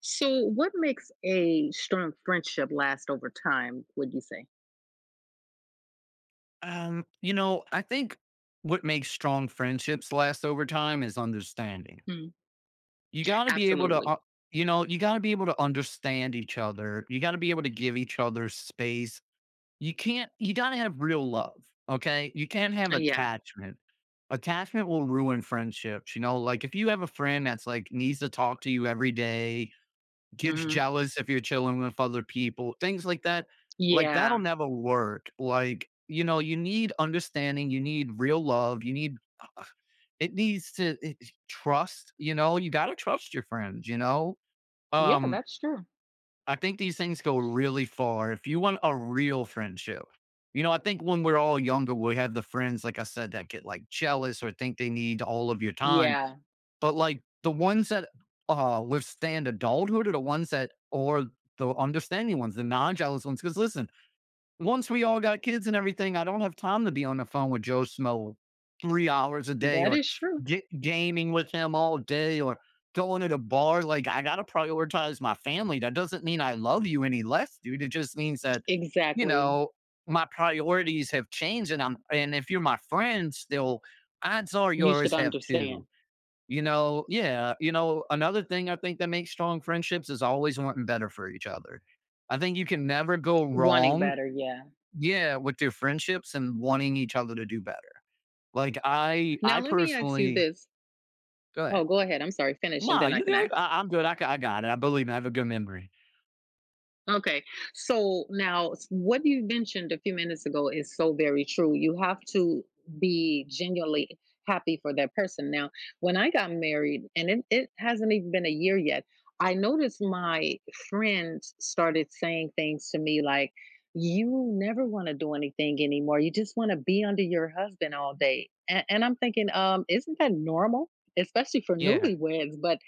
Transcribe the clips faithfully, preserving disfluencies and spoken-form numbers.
So, what makes a strong friendship last over time, would you say? Um, you know, I think what makes strong friendships last over time is understanding. Mm, You got to be able to, absolutely. uh, you know, you got to be able to understand each other. You got to be able to give each other space. You can't, you got to have real love. Okay. You can't have Uh, yeah. attachment. Attachment will ruin friendships. You know, like if you have a friend that's like needs to talk to you every day, gets hmm jealous if you're chilling with other people, things like that. Like, that'll Yeah. never work. Like, you know, you need understanding, you need real love, you need uh, it needs to it, trust, you know, you got to trust your friends, you know? Yeah, Um, that's true. I think these things go really far. If you want a real friendship, you know, I think when we're all younger, we have the friends, like I said, that get like jealous or think they need all of your time. Yeah, But like the ones that, uh, withstand adulthood are the ones that or the understanding ones, the non-jealous ones, because listen, once we all got kids and everything, I don't have time to be on the phone with Joe Smo three hours a day that or is true. ga gaming with him all day or going to the bar, like, I gotta prioritize my family. That doesn't mean I love you any less, dude. It just means that, you Exactly. know, my priorities have changed and I'm and if you're my friend still, odds are You should yours have too. understand. You know, yeah, you know, another thing I think that makes strong friendships is always wanting better for each other. I think you can never go Wanting wrong, better. Yeah. yeah, with your friendships and wanting each other to do better. Like, I Now, I let me ask you personally this. go Oh, ahead. go ahead. I'm sorry. Finish and Nah, then I you can ask. good. I I'm good. I got I got it. I believe I have a good memory. Okay. So now s- what you mentioned a few minutes ago is so very true. You have to be genuinely happy for that person. Now, when I got married, and it, it hasn't even been a year yet, I noticed my friends started saying things to me like, you never want to do anything anymore. You just want to be under your husband all day. And, and I'm thinking, um, isn't that normal? Especially for Yeah, newlyweds, but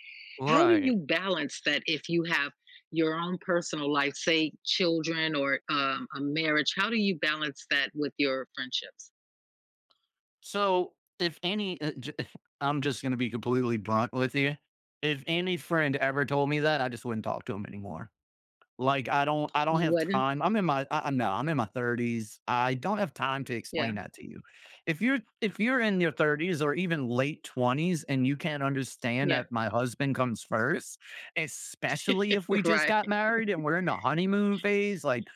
how do you right. balance that if you have your own personal life, say children or um, a marriage? How do you balance that with your friendships? So, if any uh, j I'm just gonna be completely blunt with you. If any friend ever told me that, I just wouldn't talk to him anymore. Like, I don't I don't You have wouldn't? time. I'm in my I I no, I'm in my thirties. I don't have time to Yeah, explain that to you. If you're if you're in your thirties or even late twenties and you can't understand yeah, that my husband comes first, especially if we just right. got married and we're in the honeymoon phase, like,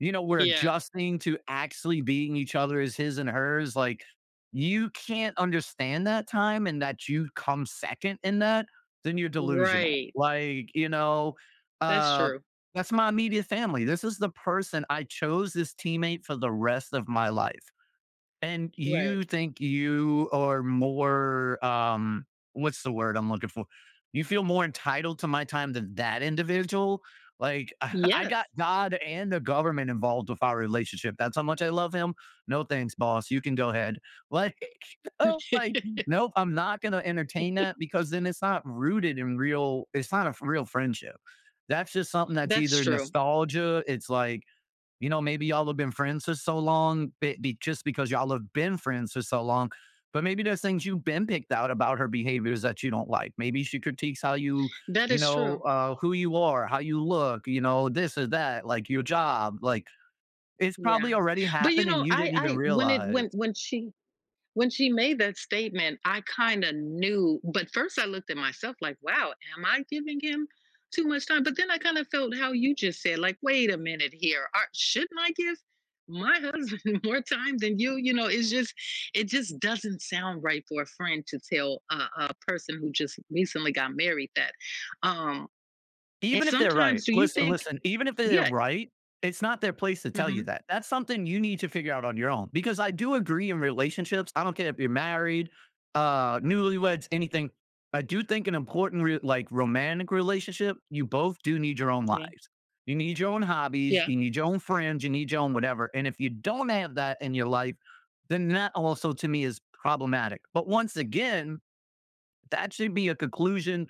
you know, we're Yeah, adjusting to actually being each other as his and hers, like, you can't understand that time and that you come second in that, then you're delusional. right. Like, you know, That's uh true. that's my immediate family. This is the person I chose, this teammate for the rest of my life. And Right. you think you are more um what's the word I'm looking for? You feel more entitled to my time than that individual? Like, I got Yes, God and the government involved with our relationship. That's how much I love him. No thanks, boss. You can go ahead. Like, oh, like, nope, I'm not gonna entertain that because then it's not rooted in real, it's not a f- real friendship. That's just something that's that's either true. nostalgia. It's like, you know, maybe y'all have been friends for so long, be, just because y'all have been friends for so long. But maybe there's things you've been picked out about her behaviors that you don't like. Maybe she critiques how you, That you is know, true. uh, who you are, how you look, you know, this or that, like your job. Like, it's Yeah. probably already But you happened and know, you I didn't even I when it when realize. when she when she made that statement, I kind of knew, but first I looked at myself like, wow, am I giving him too much time? But then I kind of felt how you just said, like, wait a minute here. Are, shouldn't I give my husband more time than you? You know, it's just, it just doesn't sound right for a friend to tell a, a person who just recently got married that. Um, and Even if they're sometimes right, do you listen, think, listen, even if they're yeah, right, it's not their place to tell hmm you that. That's something you need to figure out on your own because I do agree in relationships. I don't care if you're married, uh, newlyweds, anything. I do think an important, re- like romantic relationship, you both do need your own yeah, lives. You need your own hobbies. yeah, You need your own friends. You need your own whatever. And if you don't have that in your life, then that also to me is problematic. But once again, that should be a conclusion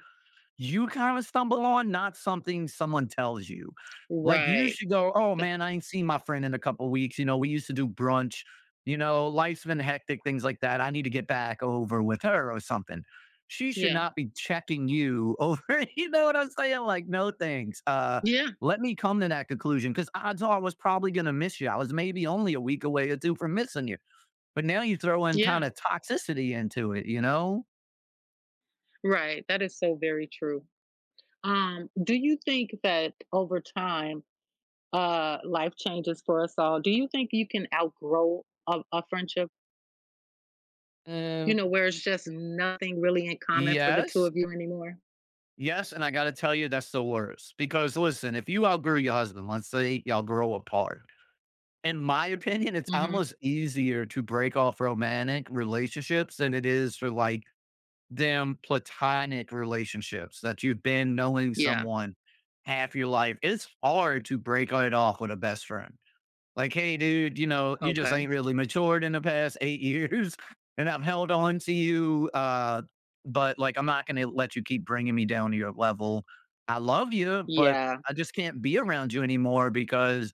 you kinda stumble on, not something someone tells you. Like, you right. should go, "Oh, th- man, I ain't seen my friend in a couple weeks, you know, we used to do brunch, you know, life's been hectic, things like that. I need to get back over with her or something." She should Yeah, not be checking you over. You know what I'm saying? Like, "No, thanks." Uh, yeah, Let me come to that conclusion because odds are I was probably gonna miss you. I was maybe only a week away or two from missing you, but now you throw in yeah, kinda toxicity into it, you know? right. That is so very true. Um, do you think that over time, uh, life changes for us all? Do you think you can outgrow a, a friendship? You know, Mm. where it's just nothing really in common for the two Yes? of you anymore? Yes, and I gotta tell you, that's the worst. Because listen, if you outgrew your husband, let's say y'all grow apart. In my opinion, it's Hmm almost easier to break off romantic relationships than it is for like them platonic relationships that you've been knowing Yeah. someone half your life. It's hard to break it off with a best friend. Like, hey, dude, you know, you just ain't Okay. really matured in the past eight years, and I've held on to you. Uh, but like, I'm not going to let you keep bringing me down to your level. I love you, but Yeah. I just can't be around you anymore because,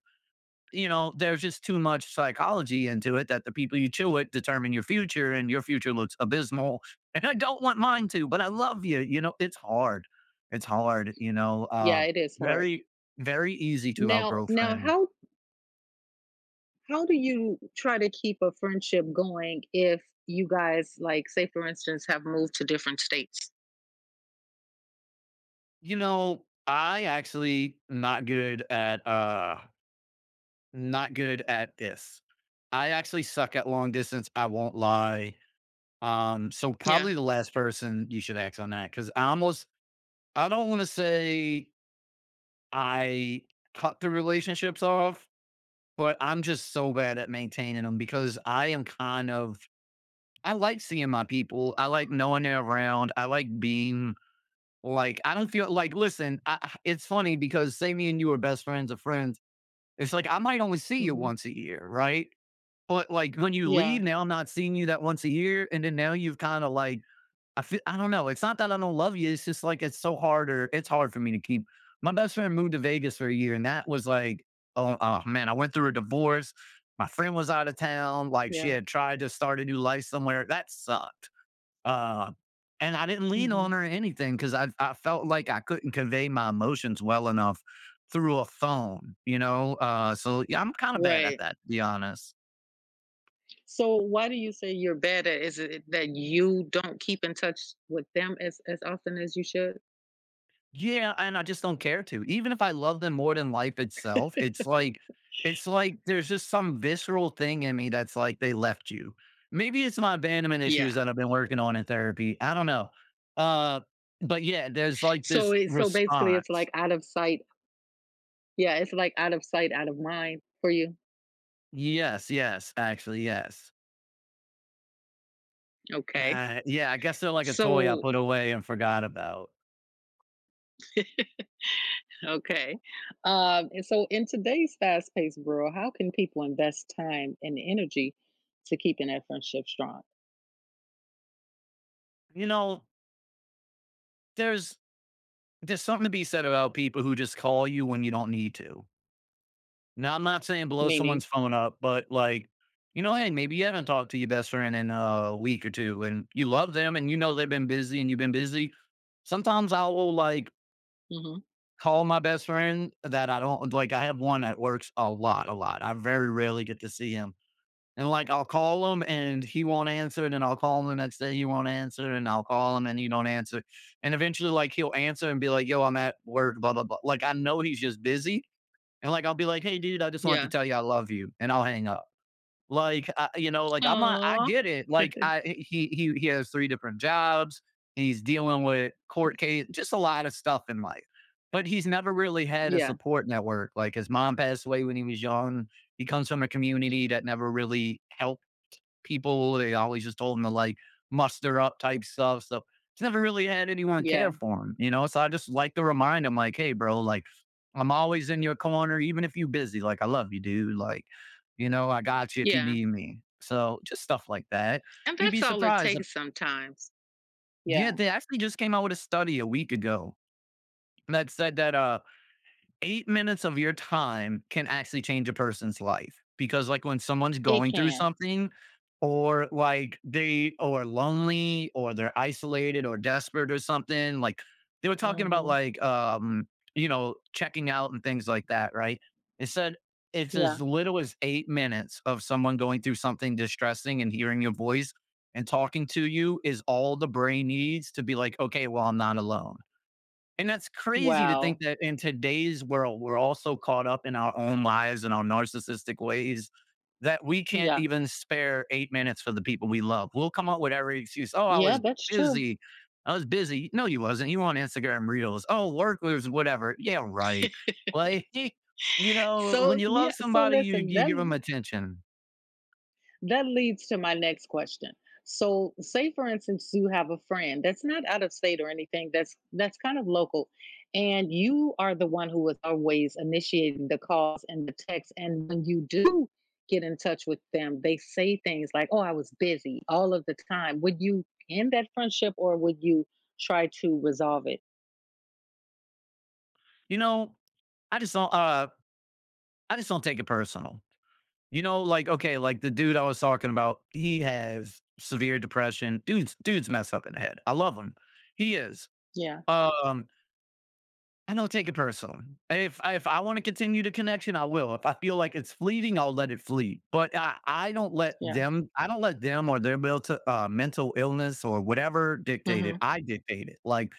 you know, there's just too much psychology into it that the people you chill with determine your future and your future looks abysmal. And I don't want mine to, but I love you. You know, it's hard. It's hard, you know. Yeah. Uh, It is hard. Very, very easy to Now, outgrow now, friends. how how do you try to keep a friendship going if you guys, like, say, for instance, have moved to different states? You know, I actually not good at uh not good at this. I actually suck at long distance, I won't lie. Um so Yeah. probably the last person you should ask on that cuz I almost, I don't want to say I cut the relationships off, but I'm just so bad at maintaining them because I am kind of, I like seeing my people. I like knowing they're around. I like being, like I don't feel like, listen, I, I- it's funny because say me and you are best friends or friends. It's like, I might only see you hmm once a year, right? But like when you Yeah. leave now, I'm not seeing you that once a year. And then now you've kind of like, I feel, I don't know. It's not that I don't love you. It's just like, it's so harder. It's hard for me to keep. My best friend moved to Vegas for a year and that was like, oh, oh man, I went through a divorce. My friend was out of town. Like she Yeah. had tried to start a new life somewhere. That sucked. Uh, and I didn't lean on hmm her or anything because I I felt like I couldn't convey my emotions well enough through a phone, you know? Uh, so, yeah, I'm kinda bad at Right. that, to be honest. So why do you say you're bad at is it that you don't keep in touch with them as as often as you should? Yeah, and I just don't care to. Even if I love them more than life itself, it's like it's like there's just some visceral thing in me that's like, "They left you." Maybe it's my abandonment Yeah. issues that I've been working on in therapy, I don't know. Uh, but, yeah, there's, like, So this it, so basically it's response. like out of sight. Yeah, it's like out of sight, out of mind for you. Yes, yes, actually, yes. Okay. Uh, yeah, I guess they're like a toy I So put away and forgot about. okay. Um and so in today's fast-paced world, how can people invest time and energy to keeping that friendship strong? You know, there's there's something to be said about people who just call you when you don't need to. Now, I'm not saying blow Meaning, someone's phone up, but like, you know, hey, maybe you haven't talked to your best friend in a week or two, and you love them, and you know they've been busy, and you've been busy. Sometimes I will like mhm. call my best friend that I don't like. I have one that works a lot, a lot. I very rarely get to see him. And like, I'll call him and he won't answer. And then I'll call him the next day. He won't answer. And I'll call him and he don't answer. And eventually, like, he'll answer and be like, yo, I'm at work, blah, blah, blah. Like, I know he's just busy. And like, I'll be like, hey, dude, I just wanted to Yeah. tell you I love you. And I'll hang up. Like, I, you know, like I'm not, I Aw. get it. Like, I, he, he, he has three different jobs. He's dealing with court case, just a lot of stuff in life. But he's never really had a Yeah. support network. Like, his mom passed away when he was young. He comes from a community that never really helped people. They always just told him to like muster up type stuff. So he's never really had anyone Yeah. care for him, you know? So I just like to remind him, like, hey, bro, like, I'm always in your corner, even if you're busy. Like, I love you, dude. Like, you know, I got you if you Yeah. need me. So just stuff like that. And You'd that's be all it surprised. uh, takes sometimes. Yeah, Yeah. they actually just came out with a study a week ago that said that uh eight minutes of your time can actually change a person's life because, like, when someone's It going through can. something or, like, they are lonely or they're isolated or desperate or something, like, they were talking about, Mhm. like, um, you know, checking out and things like that, right? It said it's as Yeah. little as eight minutes of someone going through something distressing and hearing your voice and talking to you is all the brain needs to be like, "Okay, well, I'm not alone." And that's crazy to think Wow. that in today's world, we're all so caught up in our own lives and our narcissistic ways that we can't Yeah. even spare eight minutes for the people we love. We'll come up with every excuse. "Oh, I Yeah, was that's true. busy. I was busy." No, you wasn't. You were on Instagram Reels. "Oh, work was whatever." Yeah, right. Like, you know, when So, you love yeah, so somebody, you listen, you that give them attention. that leads to my next question. So, say for instance you have a friend that's not out of state or anything, that's that's kind of local and you are the one who is always initiating the calls and the texts and when you do get in touch with them, they say things like, "Oh, I was busy all of the time." Would you end that friendship or would you try to resolve it? You know, I just don't, uh I just don't take it personal. You know, like, okay, like the dude I was talking about, he has severe depression. Dude's dude's messed up in the head. I love him. He is. Yeah. Um, I don't take it personal. If if I want to continue the connection, I will. If I feel like it's fleeting, I'll let it flee. But I, I don't let Yeah. them. I don't let them or their mental uh, mental illness or whatever dictate it. Mhm. I dictate it. Like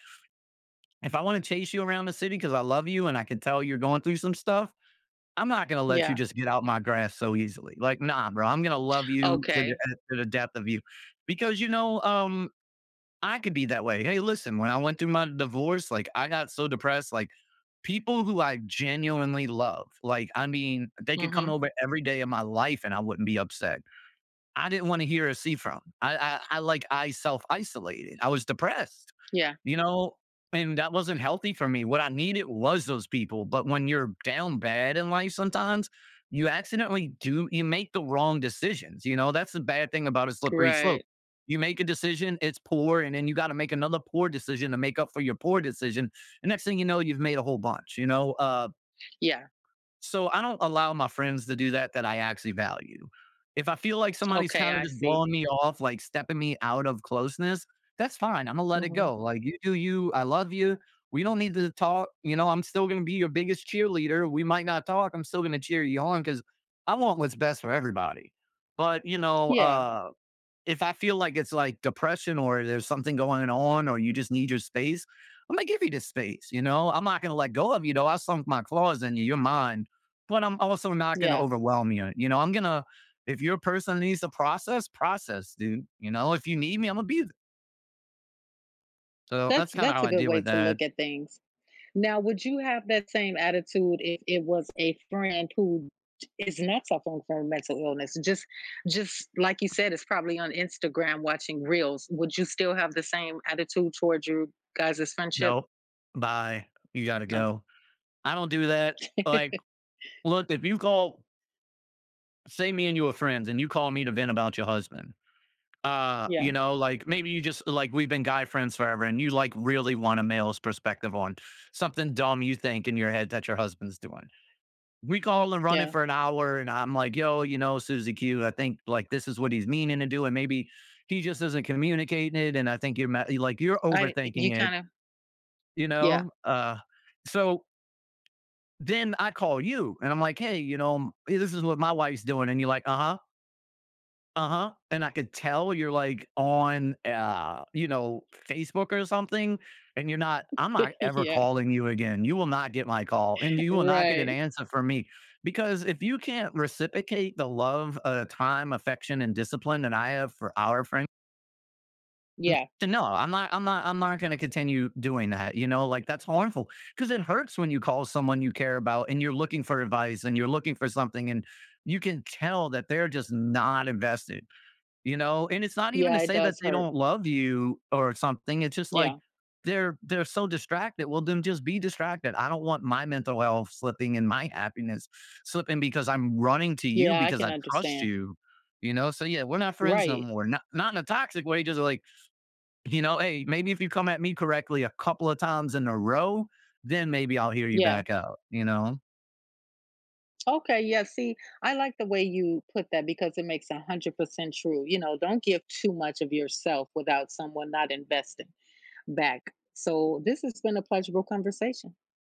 if I want to chase you around the city because I love you and I can tell you're going through some stuff, I'm not gonna let you Yeah. just get out my grass so easily. Like, nah, bro, I'm gonna love you to the Okay. uh, to the depth of you. Because you know, um, I could be that way. Hey, listen, when I went through my divorce, like I got so depressed, like people who I genuinely love, like I mean, they could come Mhm. over every day of my life and I wouldn't be upset. I didn't want to hear or see from. I, I, I like I self isolated. I was depressed, Yeah. you know, and that wasn't healthy for me. What I needed was those people. But when you're down bad in life, sometimes you accidentally do you make the wrong decisions. You know, that's the bad thing about a slippery slope. Right. You make a decision, it's poor, and then you got to make another poor decision to make up for your poor decision. And next thing you know, you've made a whole bunch. You know, uh, Yeah. So I don't allow my friends to do that that I actually value. If I feel like somebody's Okay, kind of I just see. blowing me off, like stepping me out of closeness, that's fine. I'm gonna let it Mhm. go. Like you do you. I love you. We don't need to talk. You know, I'm still gonna be your biggest cheerleader. We might not talk. I'm still gonna cheer you on because I want what's best for everybody. But you know, Yeah. uh if I feel like it's like depression or there's something going on or you just need your space, I'm gonna give you the space. You know, I'm not gonna let go of you though. I sunk my claws in you. You're mine, but I'm also not gonna Yeah. overwhelm you. You know, I'm gonna if your person needs to process, process, dude. You know, if you need me, I'm gonna be there. So That's that's kind of that's how a I good deal way with to that. look at things. Now, would you have that same attitude if it was a friend who is not suffering from mental illness? Just just like you said, it's probably on Instagram watching reels. Would you still have the same attitude towards your guys' friendship? Nope, bye. You gotta No. go. I don't do that. Like, look, if you call, say me and you are friends, and you call me to vent about your husband. Uh, Yeah. You know, like maybe you just like we've been guy friends forever and you like really want a male's perspective on something dumb you think in your head that your husband's doing. We call and run it Yeah. for an hour and I'm like, yo, you know, Susie Q, I think like this is what he's meaning to do. And maybe he just isn't communicating it. And I think you're ma- like, you're I overthinking you it, kind of you yeah. know? Uh, so then I call you and I'm like, hey, you know, m- this is what my wife's doing. And you're like, uh huh. Uh-huh, and I could tell you're, like, on, uh, you know, Facebook or something, and you're not I'm not ever yeah. calling you again. You will not get my call, and you will not get an Right. answer from me, because if you can't reciprocate the love, uh, time, affection, and discipline that I have for our friend, Yeah. then no, I'm not I'm not I'm not gonna continue doing that, you know, like, that's harmful, because it hurts when you call someone you care about, and you're looking for advice, and you're looking for something, and you can tell that they're just not invested. You know, and it's not even to Yeah, it say that does they hurt. don't love you or something, it's just like Yeah. they're they're so distracted. Well, then just be distracted. I don't want my mental health slipping and my happiness slipping because I'm running to you Yeah, I because can I trust understand. you. You know, so yeah, we're not friends no Right. more. Not not in a toxic way, just like, you know, hey, maybe if you come at me correctly a couple of times in a row, then maybe I'll hear you Yeah. back out, you know? Okay. Yeah. See, I like the way you put that because it makes a one hundred percent true. You know, don't give too much of yourself without someone not investing back. So, this has been a pleasurable conversation.